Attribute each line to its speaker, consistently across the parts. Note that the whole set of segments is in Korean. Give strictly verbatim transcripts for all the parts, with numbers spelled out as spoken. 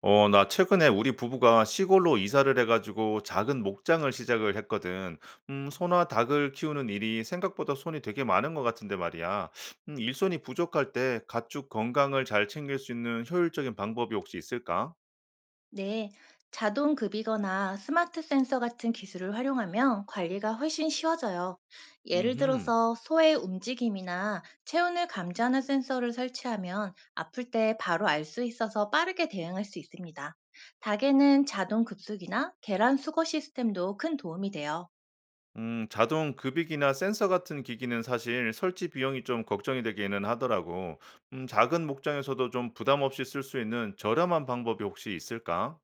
Speaker 1: 어, 나 최근에 우리 부부가 시골로 이사를 해가지고 작은 목장을 시작을 했거든. 음, 소나 닭을 키우는 일이 생각보다 손이 되게 많은 것 같은데 말이야. 음, 일손이 부족할 때 가축 건강을 잘 챙길 수 있는 효율적인 방법이 혹시 있을까?
Speaker 2: 네, 자동 급이거나 스마트 센서 같은 기술을 활용하면 관리가 훨씬 쉬워져요. 예를
Speaker 1: 음,
Speaker 2: 들어서 소의 움직임이나 체온을 감지하는 센서를 설치하면 아플 때 바로 알 수 있어서 빠르게 대응할 수 있습니다. 닭에는 자동 급속이나 계란 수거 시스템도 큰 도움이 돼요.
Speaker 1: 음, 자동 급이이나 센서 같은 기기는 사실 설치 비용이 좀 걱정이 되기는 하더라고. 음, 작은 목장에서도 좀 부담 없이 쓸 수 있는 저렴한 방법이 혹시 있을까?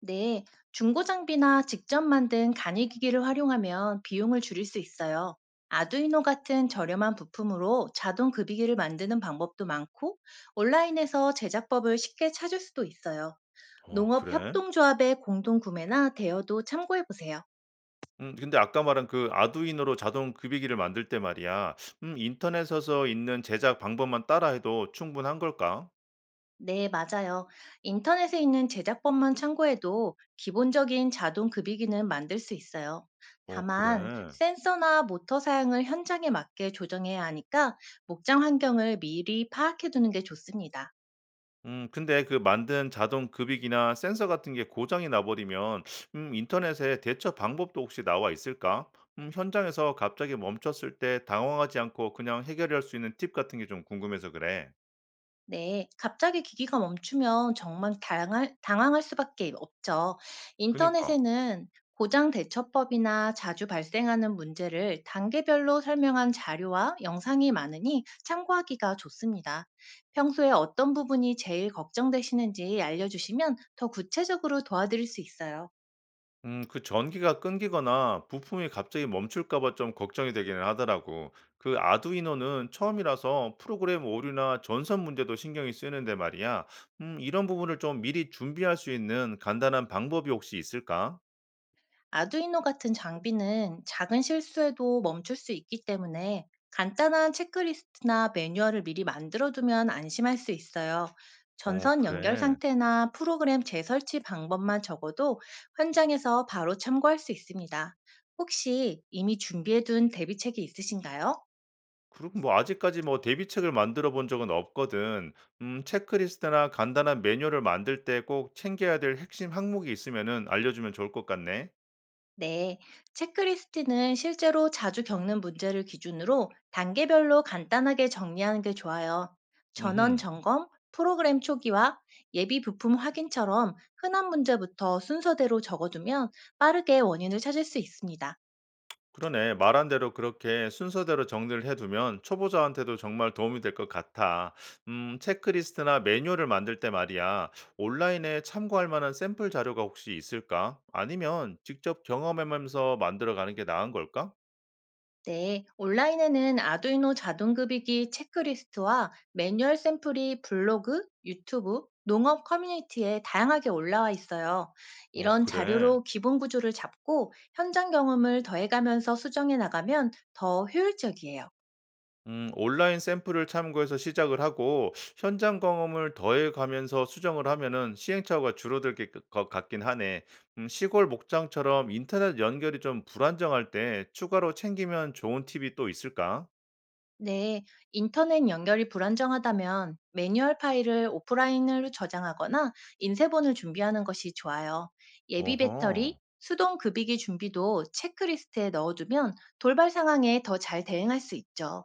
Speaker 2: 네, 중고 장비나 직접 만든 간이 기기를 활용하면 비용을 줄일 수 있어요. 아두이노 같은 저렴한 부품으로 자동 급이기를 만드는 방법도 많고, 온라인에서 제작법을 쉽게 찾을 수도 있어요.
Speaker 1: 어,
Speaker 2: 농업
Speaker 1: 그래.
Speaker 2: 협동조합의 공동 구매나 대여도 참고해 보세요.
Speaker 1: 음 근데 아까 말한 그 아두이노로 자동 급이기를 만들 때 말이야. 음 인터넷에서 있는 제작 방법만 따라해도 충분한 걸까?
Speaker 2: 네, 맞아요. 인터넷에 있는 제작법만 참고해도 기본적인 자동 급이기는 만들 수 있어요.
Speaker 1: 어
Speaker 2: 다만,
Speaker 1: 그래.
Speaker 2: 센서나 모터 사양을 현장에 맞게 조정해야 하니까 목장 환경을 미리 파악해 두는 게 좋습니다.
Speaker 1: 음 근데 그 만든 자동 급이기나 센서 같은 게 고장이 나버리면 음 인터넷에 대처 방법도 혹시 나와 있을까? 음 현장에서 갑자기 멈췄을 때 당황하지 않고 그냥 해결할 수 있는 팁 같은 게 좀 궁금해서 그래.
Speaker 2: 네, 갑자기 기기가 멈추면 정말 당할, 당황할 수밖에 없죠.
Speaker 1: 그니까.
Speaker 2: 인터넷에는 고장 대처법이나 자주 발생하는 문제를 단계별로 설명한 자료와 영상이 많으니 참고하기가 좋습니다. 평소에 어떤 부분이 제일 걱정되시는지 알려주시면 더 구체적으로 도와드릴 수 있어요.
Speaker 1: 음, 그 전기가 끊기거나 부품이 갑자기 멈출까 봐 좀 걱정이 되기는 하더라고. 그 아두이노는 처음이라서 프로그램 오류나 전선 문제도 신경이 쓰이는데 말이야. 음, 이런 부분을 좀 미리 준비할 수 있는 간단한 방법이 혹시 있을까?
Speaker 2: 아두이노 같은 장비는 작은 실수에도 멈출 수 있기 때문에 간단한 체크리스트나 매뉴얼을 미리 만들어두면 안심할 수 있어요.
Speaker 1: 어,
Speaker 2: 전선 연결
Speaker 1: 그래.
Speaker 2: 상태나 프로그램 재설치 방법만 적어도 현장에서 바로 참고할 수 있습니다. 혹시 이미 준비해둔 대비책이 있으신가요?
Speaker 1: 그리고 뭐 아직까지 뭐 대비책을 만들어 본 적은 없거든. 음, 체크리스트나 간단한 매뉴얼을 만들 때 꼭 챙겨야 될 핵심 항목이 있으면은 알려주면 좋을 것 같네.
Speaker 2: 네, 체크리스트는 실제로 자주 겪는 문제를 기준으로 단계별로 간단하게 정리하는 게 좋아요. 전원
Speaker 1: 음흠.
Speaker 2: 점검, 프로그램 초기화, 예비 부품 확인처럼 흔한 문제부터 순서대로 적어두면 빠르게 원인을 찾을 수 있습니다.
Speaker 1: 그러네. 말한 대로 그렇게 순서대로 정리를 해두면 초보자한테도 정말 도움이 될 것 같아. 음, 체크리스트나 매뉴얼을 만들 때 말이야. 온라인에 참고할 만한 샘플 자료가 혹시 있을까? 아니면 직접 경험하면서 만들어가는 게 나은 걸까?
Speaker 2: 네, 온라인에는 아두이노 자동급이기 체크리스트와 매뉴얼 샘플이 블로그, 유튜브, 농업 커뮤니티에 다양하게 올라와 있어요.
Speaker 1: 어,
Speaker 2: 이런
Speaker 1: 그래.
Speaker 2: 자료로 기본 구조를 잡고 현장 경험을 더해가면서 수정해 나가면 더 효율적이에요.
Speaker 1: 음, 온라인 샘플을 참고해서 시작을 하고 현장 경험을 더해가면서 수정을 하면은 시행착오가 줄어들 게- 것 같긴 하네. 음, 시골 목장처럼 인터넷 연결이 좀 불안정할 때 추가로 챙기면 좋은 팁이 또 있을까?
Speaker 2: 네, 인터넷 연결이 불안정하다면 매뉴얼 파일을 오프라인으로 저장하거나 인쇄본을 준비하는 것이 좋아요. 예비 배터리,
Speaker 1: 어허.
Speaker 2: 수동 급이기 준비도 체크리스트에 넣어두면 돌발 상황에 더 잘 대응할 수 있죠.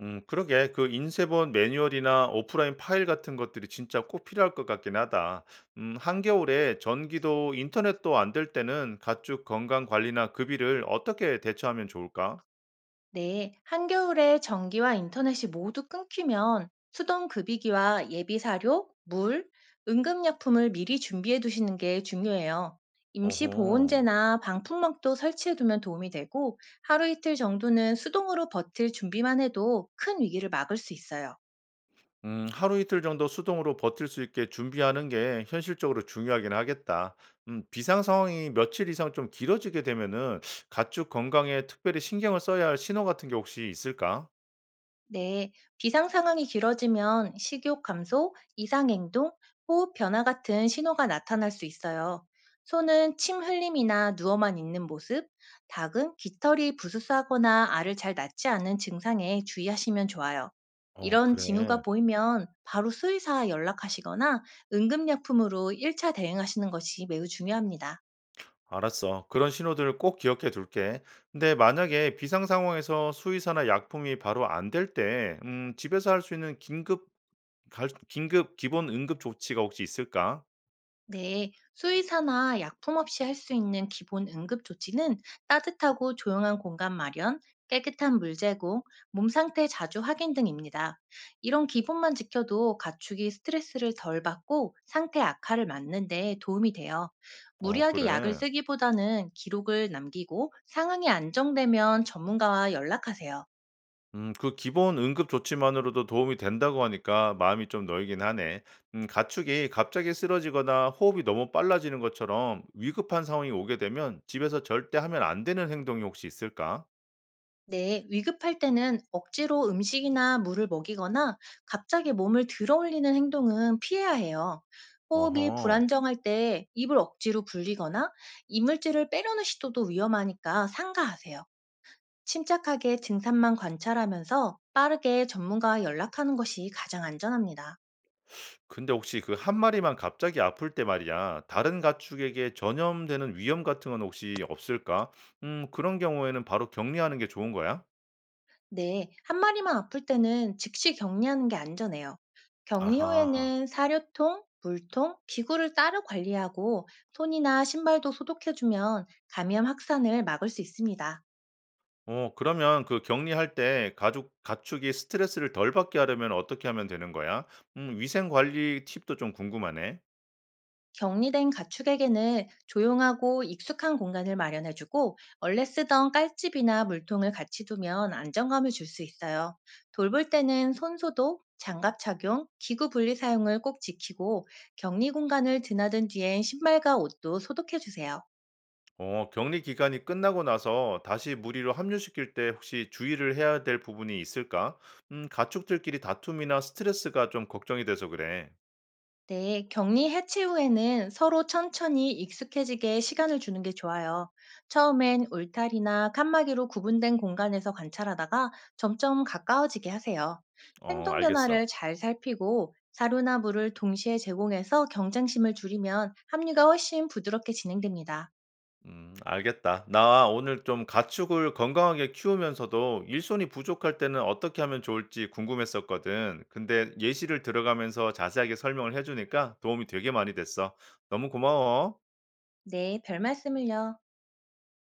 Speaker 1: 음, 그러게. 그 인쇄본 매뉴얼이나 오프라인 파일 같은 것들이 진짜 꼭 필요할 것 같긴 하다. 음, 한겨울에 전기도 인터넷도 안 될 때는 가축 건강 관리나 급비를 어떻게 대처하면 좋을까?
Speaker 2: 네, 한겨울에 전기와 인터넷이 모두 끊기면 수동 급이기와 예비 사료, 물, 응급약품을 미리 준비해 두시는 게 중요해요. 임시
Speaker 1: 어허.
Speaker 2: 보온재나 방풍막도 설치해 두면 도움이 되고 하루 이틀 정도는 수동으로 버틸 준비만 해도 큰 위기를 막을 수 있어요.
Speaker 1: 음, 하루 이틀 정도 수동으로 버틸 수 있게 준비하는 게 현실적으로 중요하긴 하겠다. 음, 비상 상황이 며칠 이상 좀 길어지게 되면은 가축 건강에 특별히 신경을 써야 할 신호 같은 게 혹시 있을까?
Speaker 2: 네, 비상 상황이 길어지면 식욕 감소, 이상행동, 호흡 변화 같은 신호가 나타날 수 있어요. 소는 침 흘림이나 누워만 있는 모습, 닭은 깃털이 부스스하거나 알을 잘 낳지 않는 증상에 주의하시면 좋아요.
Speaker 1: 어,
Speaker 2: 이런 징후가
Speaker 1: 그래.
Speaker 2: 보이면 바로 수의사 연락하시거나 응급약품으로 일 차 대응하시는 것이 매우 중요합니다.
Speaker 1: 알았어. 그런 신호들을 꼭 기억해 둘게. 근데 만약에 비상 상황에서 수의사나 약품이 바로 안 될 때, 음, 집에서 할 수 있는 긴급, 갈- 긴급 기본 응급 조치가 혹시 있을까?
Speaker 2: 네, 수의사나 약품 없이 할 수 있는 기본 응급 조치는 따뜻하고 조용한 공간 마련, 깨끗한 물 제공, 몸 상태 자주 확인 등입니다. 이런 기본만 지켜도 가축이 스트레스를 덜 받고 상태 악화를 막는 데 도움이 돼요.
Speaker 1: 어,
Speaker 2: 무리하게 약을
Speaker 1: 그래.
Speaker 2: 쓰기보다는 기록을 남기고 상황이 안정되면 전문가와 연락하세요.
Speaker 1: 음 그 기본 응급 조치만으로도 도움이 된다고 하니까 마음이 좀 놓이긴 하네. 음 가축이 갑자기 쓰러지거나 호흡이 너무 빨라지는 것처럼 위급한 상황이 오게 되면 집에서 절대 하면 안 되는 행동이 혹시 있을까?
Speaker 2: 네, 위급할 때는 억지로 음식이나 물을 먹이거나 갑자기 몸을 들어 올리는 행동은 피해야 해요. 호흡이
Speaker 1: 어허.
Speaker 2: 불안정할 때 입을 억지로 불리거나 이물질을 빼려는 시도도 위험하니까 삼가하세요. 침착하게 증상만 관찰하면서 빠르게 전문가와 연락하는 것이 가장 안전합니다.
Speaker 1: 근데 혹시 그 한 마리만 갑자기 아플 때 말이야. 다른 가축에게 전염되는 위험 같은 건 혹시 없을까? 음 그런 경우에는 바로 격리하는 게 좋은 거야?
Speaker 2: 네, 한 마리만 아플 때는 즉시 격리하는 게 안전해요. 격리
Speaker 1: 아하.
Speaker 2: 후에는 사료통, 물통, 기구를 따로 관리하고 손이나 신발도 소독해주면 감염 확산을 막을 수 있습니다.
Speaker 1: 어 그러면 그 격리할 때 가족 가축이 스트레스를 덜 받게 하려면 어떻게 하면 되는 거야? 음 위생 관리 팁도 좀 궁금하네.
Speaker 2: 격리된 가축에게는 조용하고 익숙한 공간을 마련해주고 원래 쓰던 깔집이나 물통을 같이 두면 안정감을 줄 수 있어요. 돌볼 때는 손소독, 장갑 착용, 기구 분리 사용을 꼭 지키고 격리 공간을 드나든 뒤엔 신발과 옷도 소독해주세요.
Speaker 1: 어 격리 기간이 끝나고 나서 다시 무리로 합류시킬 때 혹시 주의를 해야 될 부분이 있을까? 음 가축들끼리 다툼이나 스트레스가 좀 걱정이 돼서 그래.
Speaker 2: 네, 격리 해체 후에는 서로 천천히 익숙해지게 시간을 주는 게 좋아요. 처음엔 울타리나 칸막이로 구분된 공간에서 관찰하다가 점점 가까워지게 하세요.
Speaker 1: 어
Speaker 2: 행동
Speaker 1: 알겠어.
Speaker 2: 변화를 잘 살피고 사료나 물을 동시에 제공해서 경쟁심을 줄이면 합류가 훨씬 부드럽게 진행됩니다.
Speaker 1: 음 알겠다. 나 오늘 좀 가축을 건강하게 키우면서도 일손이 부족할 때는 어떻게 하면 좋을지 궁금했었거든. 근데 예시를 들어가면서 자세하게 설명을 해주니까 도움이 되게 많이 됐어. 너무 고마워.
Speaker 2: 네, 별 말씀을요.